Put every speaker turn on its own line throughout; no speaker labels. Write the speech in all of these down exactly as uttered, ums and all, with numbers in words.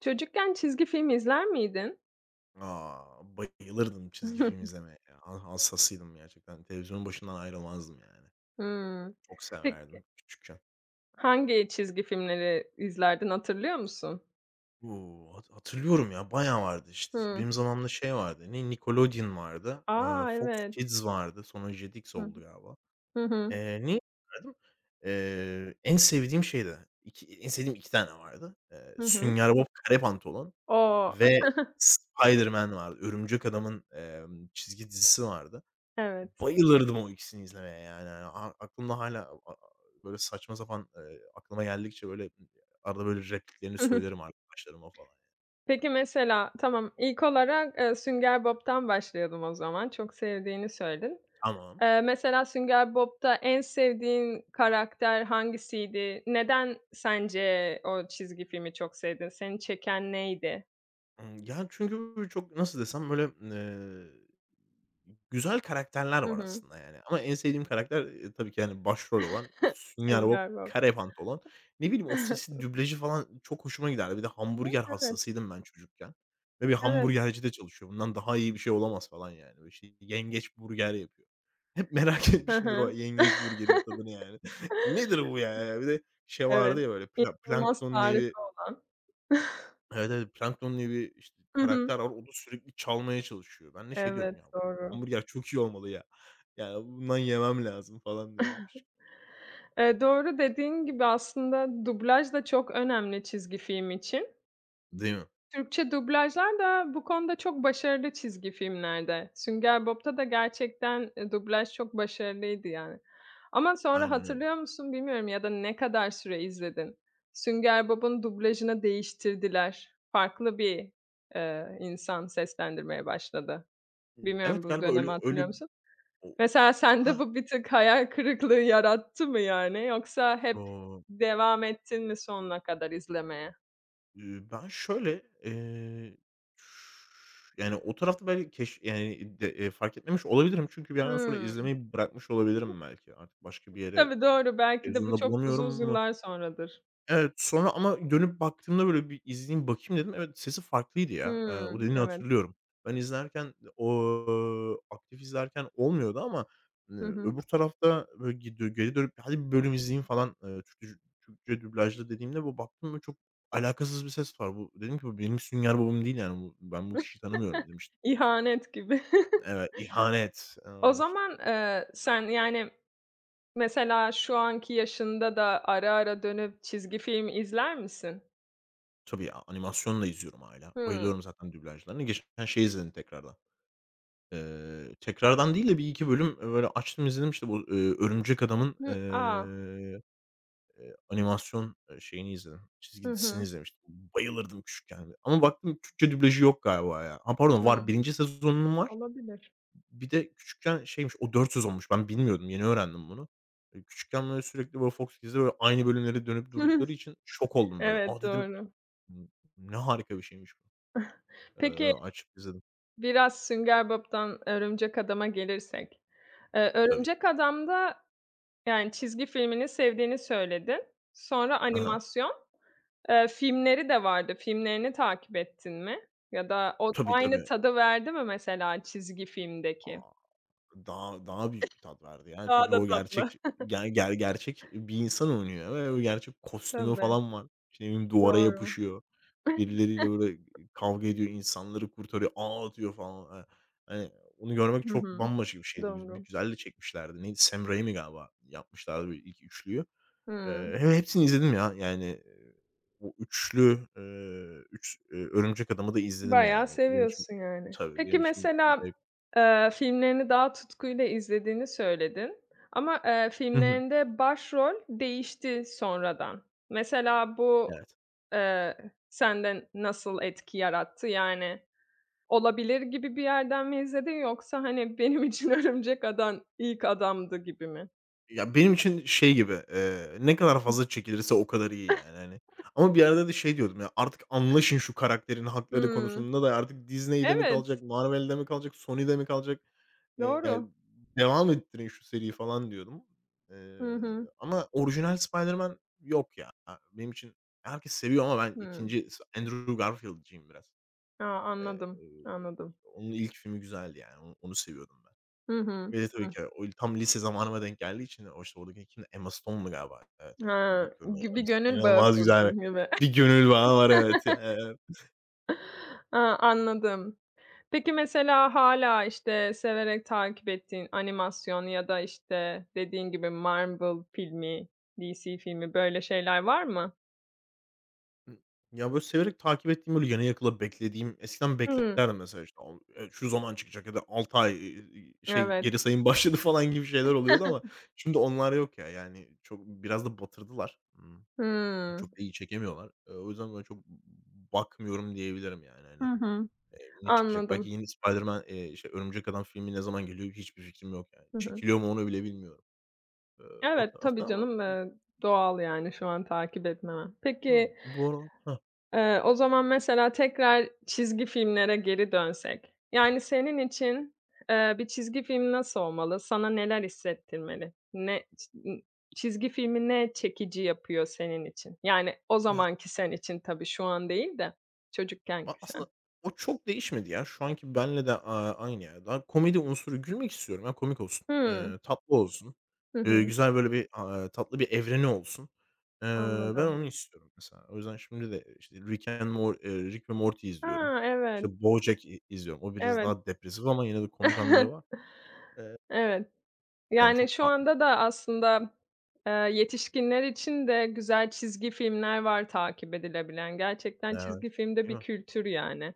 Çocukken çizgi film izler miydin?
A! Bayılırdım çizgi film izlemeye ya. Ha hassasıydım gerçekten. Televizyonun başından ayrılmazdım yani.
Hımm.
Çok
Peki,
severdim küçükken.
hangi çizgi filmleri izlerdin, hatırlıyor musun?
U hat hatırlıyorum ya, bayağı vardı. İşte,
Hıı.
benim zamanımda şey vardı, ne Nickelodeon vardı, eee,
A!
Fox
Evet.
Kids vardı, sonra Jetix
Hı hı.
oldu galiba.
Hı hı.
Eee, neyi izlerdim? Eee, en sevdiğim şeydi, iki en sevdiğim iki tane vardı. Eee,
Hı hı.
Sünger Bob Kare Pantolon
O!
ve Spiderman vardı. Örümcek Adam'ın, emm, çizgi dizisi vardı.
Evet.
Bayılırdım o ikisini izlemeye yani, yani, a aklımda hala a a böyle saçma sapan, eee, aklıma geldikçe böyle arada böyle repliklerini
Hı hı.
söylerim arkadaşlarıma falan.
Peki, mesela tamam, ilk olarak, eee, Sünger Bob'tan başlayalım o zaman. Çok sevdiğini söyledin.
Tamam.
Eee, mesela Sünger Bob'ta en sevdiğin karakter hangisiydi? Neden sence o çizgi filmi çok sevdin? Seni çeken neydi?
Imm, yani, çünkü çok nasıl desem, böyle, eee, güzel karakterler
Hı
var
hı.
aslında, yani. Ama en sevdiğim karakter, eee, tabii ki, yani, başrol olan Sünger
Sen
Bob
galiba.
Karabant olan. Ne bileyim, o sesi, dublajı falan çok hoşuma giderdi. Bir de hamburger
Evet,
hastasıydım ben çocukken ve bir
evet.
hamburgercide çalışıyor. Bundan daha iyi bir şey olamaz falan, yani. Böyle, şey, yengeç burger yapıyor. Hep merak
Hı
etmişimdir o
hı.
yengeç burgerin tadını, yani. Nedir bu ya? Bir de şey
Evet.
vardı ya, böyle, pla
İnanılmaz
Plankton diye bir,
tarifi olan.
evet, evet. Plankton diye bir, işte,
Hı hı.
karakter var. O da sürekli çalmaya çalışıyor. Ben de şey
Evet,
diyorum ya,
doğru.
hamburger çok iyi olmalı ya. Ya, bundan yemem lazım falan diyordum küçükken.
Eee, doğru dediğin gibi aslında dublaj da çok önemli çizgi film için.
Değil mi?
Türkçe dublajlar da bu konuda çok başarılı çizgi filmlerde. Sünger Bob'ta da gerçekten, eee, dublaj çok başarılıydı yani. Ama sonra
Aynen öyle.
hatırlıyor musun bilmiyorum ya da ne kadar süre izledin? Sünger Bob'un dublajını değiştirdiler. Farklı bir, eee, insan seslendirmeye başladı.
Iıı,
Bilmiyorum
evet,
bu
galiba
dönemi
öyle
hatırlıyor
öyle,
musun?
o,
Mesela sende
Ha,
bu bir tık hayal kırıklığı yarattı mı yani yoksa hep
o,
devam ettin mi sonuna kadar izlemeye?
Iıı, ben şöyle, eee, ş yani, o tarafta belki keş yani, de eee, fark etmemiş olabilirim. Çünkü bir yerden sonra
Hıı.
izlemeyi bırakmış olabilirim belki. Artık başka bir yere
Tabii, doğru. Belki de bu
televizyonda
çok
bulamıyorum
uzun
mu?
yıllar sonradır.
Evet, sonra ama dönüp baktığımda böyle bir izleyeyim, bakayım dedim. Evet, sesi farklıydı ya. Eee, o
Hımm,
dediğini
evet.
hatırlıyorum. Ben izlerken o aktif izlerken olmuyordu ama, eee,
Hı hı.
öbür tarafta böyle gi geri dönüp hadi bir bölüm izleyeyim falan, eee, Türkçe Türkçe dublajlı dediğimde bu baktım böyle çok alakasız bir ses var. Bu dedim ki bu benim Sünger Bob'um değil yani bu ben bu kişiyi tanımıyorum demiştim.
İhanet gibi.
Evet, ihanet.
O
Eee, işte,
zaman, eee, sen, yani, mesela şu anki yaşında da ara ara dönüp çizgi film izler misin?
tabii ya animasyon da izliyorum hâlâ.
Hımm.
Bayılıyorum zaten dublajlarına. Geçen şey izledim tekrardan. Eee, tekrardan değil de bir iki bölüm, böyle açtım izledim. İşte bu, eee, Örümcek Adam'ın,
Hı A!
eee, eee, animasyon, eee, şeyini izledim, çizgi
Hı
dizisini
hı.
izlemiştim. Bayılırdım küçükken ama baktım Türkçe dublajı yok galiba ya. Ha, pardon
Hıı.
var, birinci sezonunun var.
Olabilir.
Bir de küçükken şeymiş, o dört sezonmuş. Ben bilmiyordum, yeni öğrendim bunu. Eee, küçükken böyle sürekli böyle Fox Kids'de böyle aynı bölümleri dönüp durdukları için şok oldum böyle.
Evet,
"A!" dedim,
doğru.
"N ne harika bir şeymiş bu."
Peki,
Eee, açıp izledim.
biraz Sünger Bob'tan Örümcek Adam'a gelirsek. Eee,
Tabii.
Örümcek Adam'da, yani, çizgi filmini sevdiğini söyledin. Sonra
Aha hı.
animasyon. Eee, filmleri de vardı. Filmlerini takip ettin mi? Ya da o
Tabii,
aynı
tabii.
tadı verdi mi mesela çizgi filmdeki?
Daha daha büyük bir tat verdi yani
Daha
çünkü
da
o gerçek
tatlı.
ger ger gerçek bir insan oynuyor ve o gerçek kostümü
Tabii,
falan var. İşte, ne bileyim, duvara
doğru.
yapışıyor, birileriyle böyle kavga ediyor, insanları kurtarıyor, ağ atıyor falan. Aaa, hani, onu görmek
Hı
çok
hı,
bambaşka bir şeydi. Gü bir
doğru.
güzel de çekmişlerdi. Neydi, Sam Raimi galiba yapmışlardı böyle ilk üçlüyü.
Hıı.
Eee, he hepsini izledim ya. Yani, eee, o üçlü, eee, üç, eee, Örümcek Adam'ı da izledim
Bayağı
yani. Benim için
seviyorsun yani.
tabii,
Peki
benim için bir
mesela,
zevk.
eee, filmlerini daha tutkuyla izlediğini söyledin ama, eee,
Hı hı.
filmlerinde başrol değişti sonradan. Mesela bu,
Evet.
eee, sende nasıl etki yarattı? Yani, olabilir gibi bir yerden mi izledin yoksa, hani, benim için Örümcek Adam ilk adamdı gibi mi?
Ya, benim için şey gibi, eee, ne kadar fazla çekilirse o kadar iyi yani, hani. Ama bir yerde de şey diyordum ya, artık anlaşın şu karakterin hakları
Hımm.
konusunda da artık Disney'de mi
Evet,
kalacak, Marvel'de mi kalacak, Sony'de mi kalacak? Ya,
doğru.
devam ettirin şu seriyi falan diyordum. Eee,
Hı hı.
ama orijinal Spider-Man yok ya. Benim için herkes seviyor ama ben
Hımm.
ikinci Andrew Garfield'cıyım biraz.
A,
Eee,
anladım, anladım.
onun ilk filmi güzeldi yani. Onu onu seviyordum ben.
Hı hı.
Bir de tabii
Hıh.
ki o tam lise zamanıma denk geldiği için o, işte, oradaki kimdi? Emma Stone'du galiba. Evet, yani
Ha,
bakıyorum böyle
gü bir gönül bağı
inanılmaz güzel bir
kurdun gibi.
bir gönül bağı var evet. Eee,
A, anladım. Peki, mesela hâlâ, işte, severek takip ettiğin animasyon ya da, işte, dediğin gibi Marvel filmi, D C filmi, böyle şeyler var mı?
ya, böyle severek takip ettiğim, böyle yana yakıla beklediğim eskiden
Hımm.
beklerdim mesela, işte, o eee, şu zaman çıkacak ya da altı ay, iii, şey,
Evet.
geri sayım başladı falan gibi şeyler oluyordu ama şimdi onlar yok ya. Yani çok biraz da batırdılar. Imm, çok
Hımm.
da iyi çekemiyorlar. Eee, o yüzden böyle çok bakmıyorum diyebilirim yani
Hı
hani.
hı.
Ne çıkacak?
Anladım.
Belki yeni Spiderman, eee, şey, Örümcek Adam filmi ne zaman geliyor hiçbir fikrim yok yani.
Hı hı.
Çekiliyor mu onu bile bilmiyorum. Eee, o
Evet, tabii
tarafta ama
canım, eee, doğal yani şu an takip etmemen.
hımm,
Peki,
bu aralar,
eee, o zaman mesela tekrar çizgi filmlere geri dönsek, yani senin için, eee, bir çizgi film nasıl olmalı? Sana neler hissettirmeli? Ne ç ııı, çizgi filmi ne çekici yapıyor senin için? Yani o
Hah, ya,
zamanki sen için tabii, şu an değil de
a
çocukkenki sen.
aslında o çok değişmedi ya. Şu anki benle de, aaa, aynı ya. Daha komedi unsuru gülmek istiyorum ya, komik olsun,
Hıı.
eee, tatlı olsun,
Hı
eee,
hı.
güzel böyle bir, aaa, tatlı bir evreni olsun. Eee, ben
Anladım.
onu istiyorum mesela. O yüzden şimdi de, işte, Rick and Mor eee, Rick ve Morty izliyorum.
Ha, evet,
İşte, BoJack i izliyorum. O biraz
evet.
daha depresif ama yine de komik anları var. Eee,
Evet.
yani
Yani,
çok
şu
farklı.
anda da aslında, eee, yetişkinler için de güzel çizgi filmler var takip edilebilen. Gerçekten
Evet,
çizgi filmde
değil
bir
mi?
kültür, yani.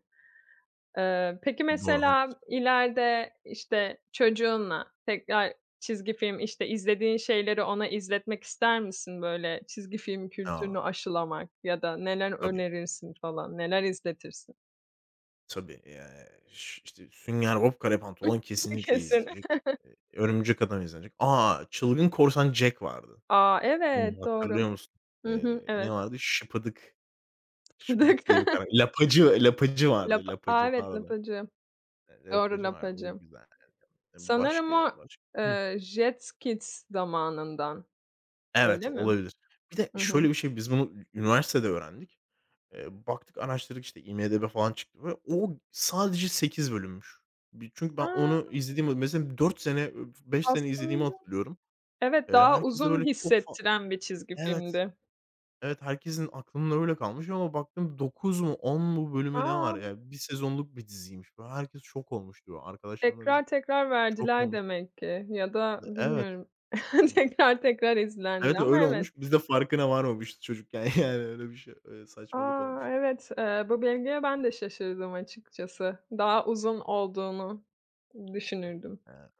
Eee, peki,
Doğru,
mesela
haklısın.
ileride, işte, çocuğunla tekrar çizgi film, işte, izlediğin şeyleri ona izletmek ister misin? Böyle çizgi film kültürünü
Ya,
aşılamak ya da neler
tabii,
önerirsin falan, neler izletirsin?
tabii. Eee, ş işte, Sünger Bob Kare Pantolon kesinlikle
Kesin.
izlenecek. Eee, Örümcek Adam izlenecek. A! Çılgın Korsan Jack vardı.
A!
Bilmiyorum
Evet, doğru.
hatırlıyor musun?
Hı hı,
Eee, ne
evet.
vardı? Şıpıdık,
Fıdık.
Şıpıdık diye bir karakter. Lapacı, Lapacı vardı.
Lapa A,
Lapacı
evet,
pardon.
lapacı.
Eee,
Doğru
Lapacı vardı. O
lapacı.
güzeldi.
Sanırım
Başka
o,
başka. Hıh.
eee, Jetskids zamanından,
Evet,
öyle mi?
olabilir. Bir de
Hı hı.
şöyle bir şey, biz bunu üniversitede öğrendik. Eee, baktık, araştırdık, işte, IMDb falan çıktı ve o sadece sekiz bölümmüş. Bir çünkü
A!
ben onu izlediğim, mesela dört sene, beş sene izlediğimi
Aslında
hatırlıyorum.
evet,
Eee,
daha
herkes de
uzun
böyle çok fa
hissettiren bir çizgi
evet,
filmdi.
evet, herkesin aklında öyle kalmış ama baktım dokuz mu on mu bölümü ne
A!
var ya? Bir sezonluk bir diziymiş. Böyle herkes şok olmuştu. Arkadaşlarımla biz
Tekrar tekrar
şok
verdiler
olmuştuk.
demek ki ya da
Evet.
bilmiyorum.
Hı.
Tekrar tekrar izlendi
Evet,
ama
öyle
evet.
olmuş. Biz de farkına varmamışız çocukken yani öyle bir şey, eee, saçmalık
A!
olmuş.
Evet, eee, bu bilgiye ben de şaşırdım açıkçası. Daha uzun olduğunu düşünürdüm.
Eee,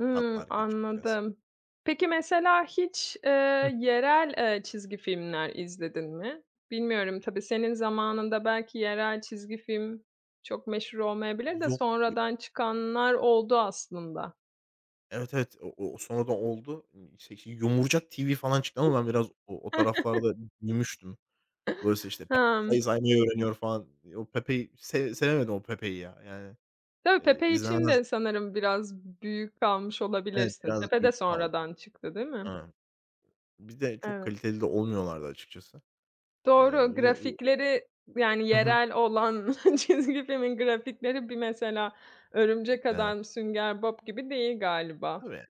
Hımm,
tatlar kaçık biraz.
anladım. Peki, mesela hiç, eee,
Hı.
yerel, eee, çizgi filmler izledin mi? Bilmiyorum tabii, senin zamanında belki yerel çizgi film çok meşhur olmayabilir de
Yok.
sonradan çıkanlar oldu aslında.
Evet, evet. O o sonradan oldu. Imm, işte, Yumurcak T V falan çıktı ama ben biraz o o taraflarda büyümüştüm. Dolayısıyla, işte, Pepe
Hımm.
sayı saymayı öğreniyor falan. o Pepe'yi se sevemedim o Pepe'yi ya. Yani,
Tabii,
eee,
Pepe için de
izlemezdim.
sanırım biraz büyük kalmış
Evet,
olabilirsin.
biraz
Pepe de
büyük kaldım.
sonradan çıktı, değil mi?
Aynen. Bir de çok
Evet.
kaliteli de olmuyorlardı açıkçası. Eee,
Doğru,
bir de o.
grafikleri, yani,
Hı hı.
yerel olan çizgi filmin grafikleri bir mesela Örümcek
Evet.
Adam, Sünger Bob gibi değil galiba.
Tabii, yani,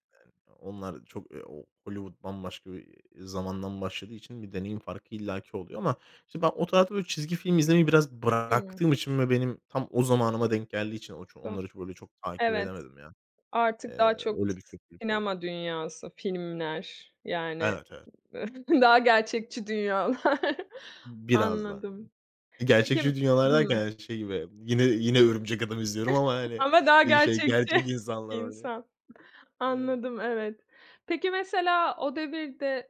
onlar çok, eee, o Hollywood bambaşka bir, zamandan başladığı için bir deneyim farkı illaki oluyor ama, işte, ben o tarafta böyle çizgi film izlemeyi biraz
Hımm.
bıraktığım için ve benim tam o zamanıma denk geldiği için o ço
Do
onları böyle çok takip
Evet,
edemedim ya.
artık daha
Eee,
çok
öyle bir kötülük oldu.
sinema dünyası, filmler, yani,
Evet, evet.
daha gerçekçi dünyalar.
Biraz da.
Anladım. Peki
Gerçekçi dünyalar derken,
Hımm.
hani, şey gibi, yine yine Örümcek Adam izliyorum ama, hani,
Ama daha
şey,
gerçekçi
gerçek insanlar oynuyor.
insan.
Evet.
Anladım, evet. Peki, mesela o devirde,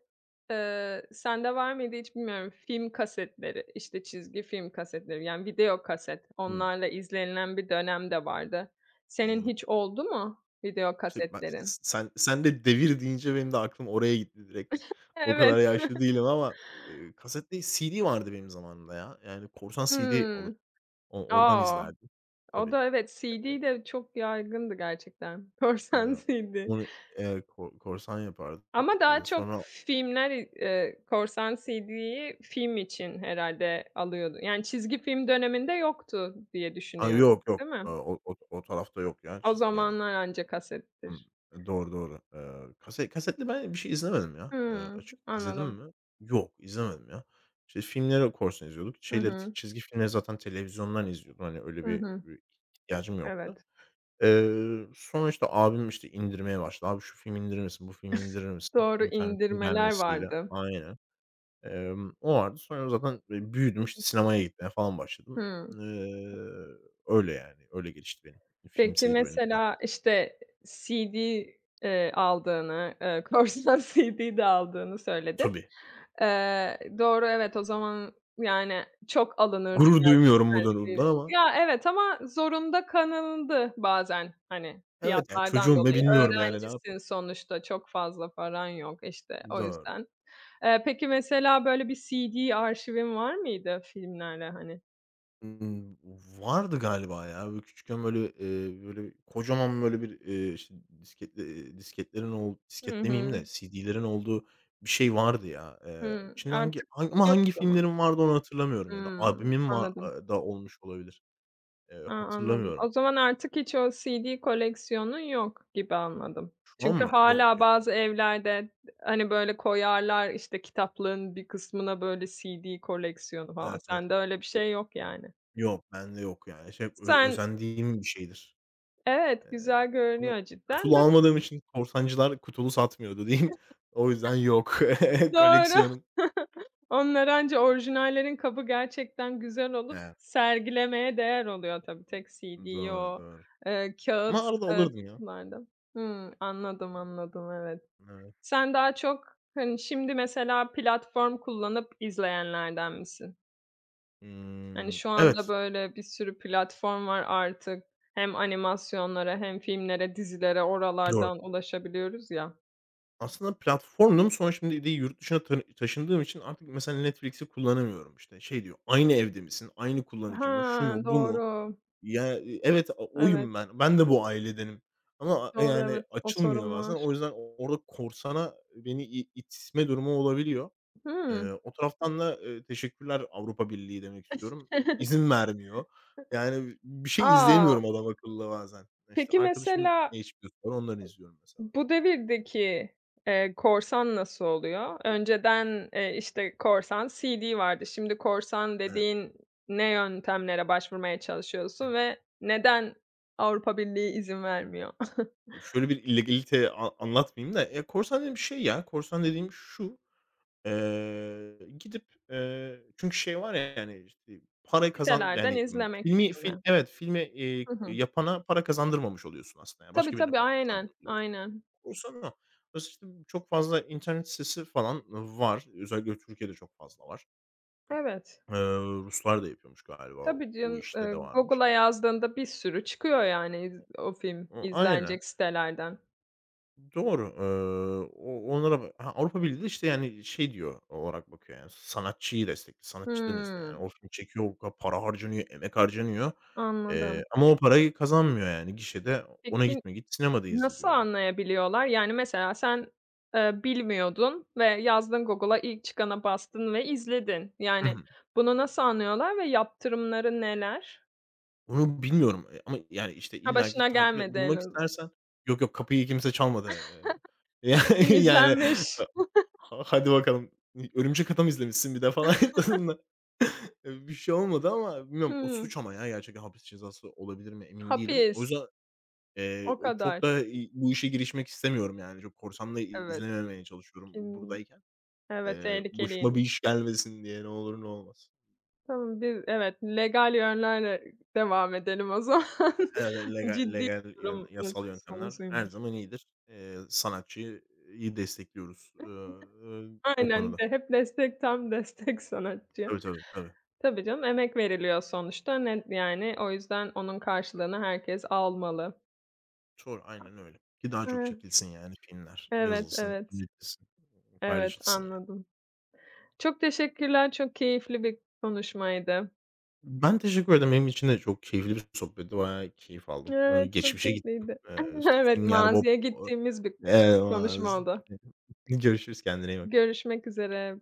eee, sende var mıydı hiç bilmiyorum, film kasetleri, işte, çizgi film kasetleri, yani, video kaset,
Hımm.
onlarla izlenilen bir dönem de vardı. Senin
Anladım.
hiç oldu mu video
İşte, ben
kasetlerin?
s sen sen de devir deyince benim de aklım oraya gitti direkt. O kadar
Evet.
yaşlı değilim ama, eee, kaset değil, C D vardı benim zamanımda ya. Yani korsan C D alır
Hımm.
o oradan
A!
izlerdim.
O
Tabii.
da evet, C D de çok yaygındı gerçekten. Korsan
Eee,
C D.
onu eee, ko korsan yapardık.
Ama daha
Eee,
çok
sonra
filmler, eee, korsan C D'yi film için herhâlde alıyordu. Yani çizgi film döneminde yoktu diye
A,
düşünüyorum,
yok yok.
değil
Eee,
mi?
o o o tarafta yok ya
O
çizgi yani.
zamanlar anca
Hımm.
kasettir.
E, doğru, doğru. Eee, kase kasetli ben bir şey izlemedim ya, eee,
Hıı,
açık İzledim
anladım.
mi? Yok, izlemedim ya. İşte, filmleri korsan izliyorduk.
Hı
Şeyleri, t
hı.
çizgi filmleri zaten televizyondan izliyordum. Hani, öyle
Hı
bir,
hı.
eee, ihtiyacım yoktu.
Evet.
Eee, sonra, işte, abim, işte, indirmeye başladı. "Abi, şu filmi indirir misin, bu filmi indirir misin?"
Doğru,
İnternetin
indirmeler
gelmesiyle.
vardı.
Aynen. Emm, o vardı. Sonra zaten, eee, büyüdüm, işte, sinemaya gitmeye falan başladım.
Hıı.
Eee, öyle yani. Öyle gelişti benim film
Peki
serüvenim biraz.
mesela, işte, C D, eee, aldığını, eee, korsan C D de aldığını söyledin.
Tabii.
Eee, doğru, evet, o zaman, yani, çok alınırdı
Gurur duymuyorum bu
Tersi.
durumdan ama
Ya, evet ama zorunda kanıldı bazen, hani,
evet, ya,
fiyatlardan
çocuğum ve
dolayı.
bilmiyorum, yani, ne yapayım.
Öğrencisin sonuçta, çok fazla paran yok, işte, o
Doğru.
yüzden. Eee, peki mesela böyle bir C D arşivin var mıydı filmlerle, hani?
Imm, vardı galiba ya. Böyle küçükken, böyle, eee, böyle kocaman, böyle, bir, eee, işte, disket eee, disketlerin ol
Hı
disket demeyeyim
hı.
de C D'lerin olduğu bir şey vardı ya. Eee,
Hıı.
içinde hangi
Artık
han ama
yok o
hangi
zaman.
filmlerin vardı onu hatırlamıyorum ya da
Hımm,
abimin var,
anladım.
aaa, da olmuş olabilir. Eee,
A, anladım. O
hatırlamıyorum.
zaman artık hiç o C D koleksiyonun yok gibi anladım.
Şu an
Çünkü
mı? Yok
hâlâ
ya.
bazı evlerde, hani, böyle koyarlar, işte, kitaplığın bir kısmına böyle C D koleksiyonu falan.
Evet, evet.
Sende öyle bir
Yok,
şey yok yani.
yok, bende yok, yani. Şey, ö
Sen
özendiğim bir şeydir.
Evet, güzel
Eee, ama
görünüyor cidden
kutulu
de
almadığım için korsancılar kutulu satmıyordu diyeyim. O yüzden yok.
Doğru.
Koleksiyonum.
Onlar anca orijinallerin kabı gerçekten güzel olup
Evet.
sergilemeye değer oluyor tabii. Tek C D'yi
Doğru,
o,
doğru.
eee, kâğıt,
Ama arada
eee,
alırdım ya.
kutularda Hımm, anladım, anladım, evet.
Evet.
Sen daha çok, hani, şimdi mesela platform kullanıp izleyenlerden misin? Hani,
Imm,
şu anda,
evet,
böyle, bir sürü platform var artık. Hem animasyonlara hem filmlere, dizilere
doğru.
oralardan ulaşabiliyoruz ya.
Aslında platformdum. Sonra şimdi de yurt dışına tanı taşındığım için artık mesela Netflix'i kullanamıyorum. İşte. Şey diyor, "Aynı evde misin? Aynı kullanıcı
Ha,
mı? Şu mu, bu mu?"
doğru.
Ya, evet, o
Evet.
oyum ben. Ben de bu ailedenim ama a
Doğru,
yani
evet. O
açılmıyor
sorun
bazen.
var.
O yüzden o- orada korsana beni i itme durumu olabiliyor. Eee,
Hımm.
o taraftan da, eee, teşekkürler Avrupa Birliği demek istiyorum. İzin vermiyor. Yani bir şey
A!
izleyemiyorum adamakıllı bazen. İşte,
Peki
arkadaşımın
mesela
ne içgörüsü onları izliyorum mesela.
bu devirdeki, eee, korsan nasıl oluyor? Önceden, eee, işte, korsan C D vardı. Şimdi korsan
Evet.
dediğin ne yöntemlere başvurmaya çalışıyorsun ve neden Avrupa Birliği izin vermiyor?
Ya, şöyle bir illegalite a anlatmayayım da, ya, korsan dediğim şey ya, korsan dediğim şu. Eee, gidip, eee, çünkü şey var ya, yani, işte, parayı kazan
Sitelerden
yani, ımm,
izlemek
filmi
gibi
fil
mi?
evet, filmi, eee,
Hı hı.
yapana para kazandırmamış oluyorsun aslında, yani,
Tabii,
başka birine
tabii,
para
aynen,
kazandırmış oluyorsun.
aynen.
Korsan o. Dolayısıyla, işte, çok fazla internet sitesi falan var. Özellikle Türkiye'de çok fazla var.
Evet.
Eee, Ruslar da yapıyormuş galiba.
Tabii
O
canım,
işte
eee,
de varmış.
Google'a yazdığında bir sürü çıkıyor yani iz o film
O aynen.
izlenecek sitelerden.
Doğru. Eee, o onlara ba ha, Avrupa Birliği de, işte, yani, şey diyor olarak bakıyor, yani, sanatçıyı destekle, sanatçıdan izle, yani.
Hımm,
O film çekiyor, o kadar para harcanıyor, emek harcanıyor, eee,
anladım.
ama o parayı kazanmıyor, yani. Gişede ona
Peki
gitme, git sinemada izle
nasıl
diyor, yani.
anlayabiliyorlar? Yani, mesela sen, eee, bilmiyordun ve yazdın Google'a, ilk çıkana bastın ve izledin.
Hı
Yani,
hı.
bunu nasıl anlıyorlar ve yaptırımları neler?
Onu bilmiyorum, eee, ama, yani, işte,
Ha,
illaki
başına
takip et
gelmedi en
bulmak
az
istersen. Yok, yok, kapıyı kimse çalmadı. Eee,
Şu film
yani,
izlenmiş.
Ha hadi bakalım. Örümcek Adam izlemişsin bir de falan tadında. Eee, bir şey olmadı ama bilmiyorum o
Hımm.
suç ama ya gerçekten hapis cezası olabilir mi emin değilim. O
Hapis.
yüzden, eee,
O
o çok
kadar.
da, iii, bu işe girişmek istemiyorum yani. Çok korsamda
Evet.
izlememeye çalışıyorum
Kim
buradayken.
Evet,
Eee, başıma bir
tehlikeliymiş.
iş gelmesin diye ne olur ne olmaz.
Tamam, biz evet, legal yönlerle devam edelim o zaman.
Evet, legal
Ciddi bir
legal yön
durum
yasal
söz
yöntemler her
konusuymuş.
zaman iyidir. Eee, sanatçıyı, iii, destekliyoruz, ııı, o
Aynen,
konuda.
de hep destek, tam destek sanatçı.
Tabii, tabii, tabii.
Tabii canım, emek veriliyor sonuçta. Ne yani, o yüzden onun karşılığını herkes almalı.
Çor aynen öyle ki daha çok
Hıı.
çekilsin yani filmler,
Evet,
yazılsın,
evet.
üretilsin,
Evet,
paylaşılsın yani.
anladım. Çok teşekkürler, çok keyifli bir konuşmaydı.
Ben teşekkür ederim. Benim için de çok keyifli bir sohbetti. Bayağı keyif aldım. Eee,
Evet, çok
geçmişe gittim.
keyifliydi.
Eee,
Evet,
Sünger Bob,
maziye gittiğimiz bir
eee,
konuşma oldu.
görüşürüz. Kendine iyi bak.
Görüşmek üzere.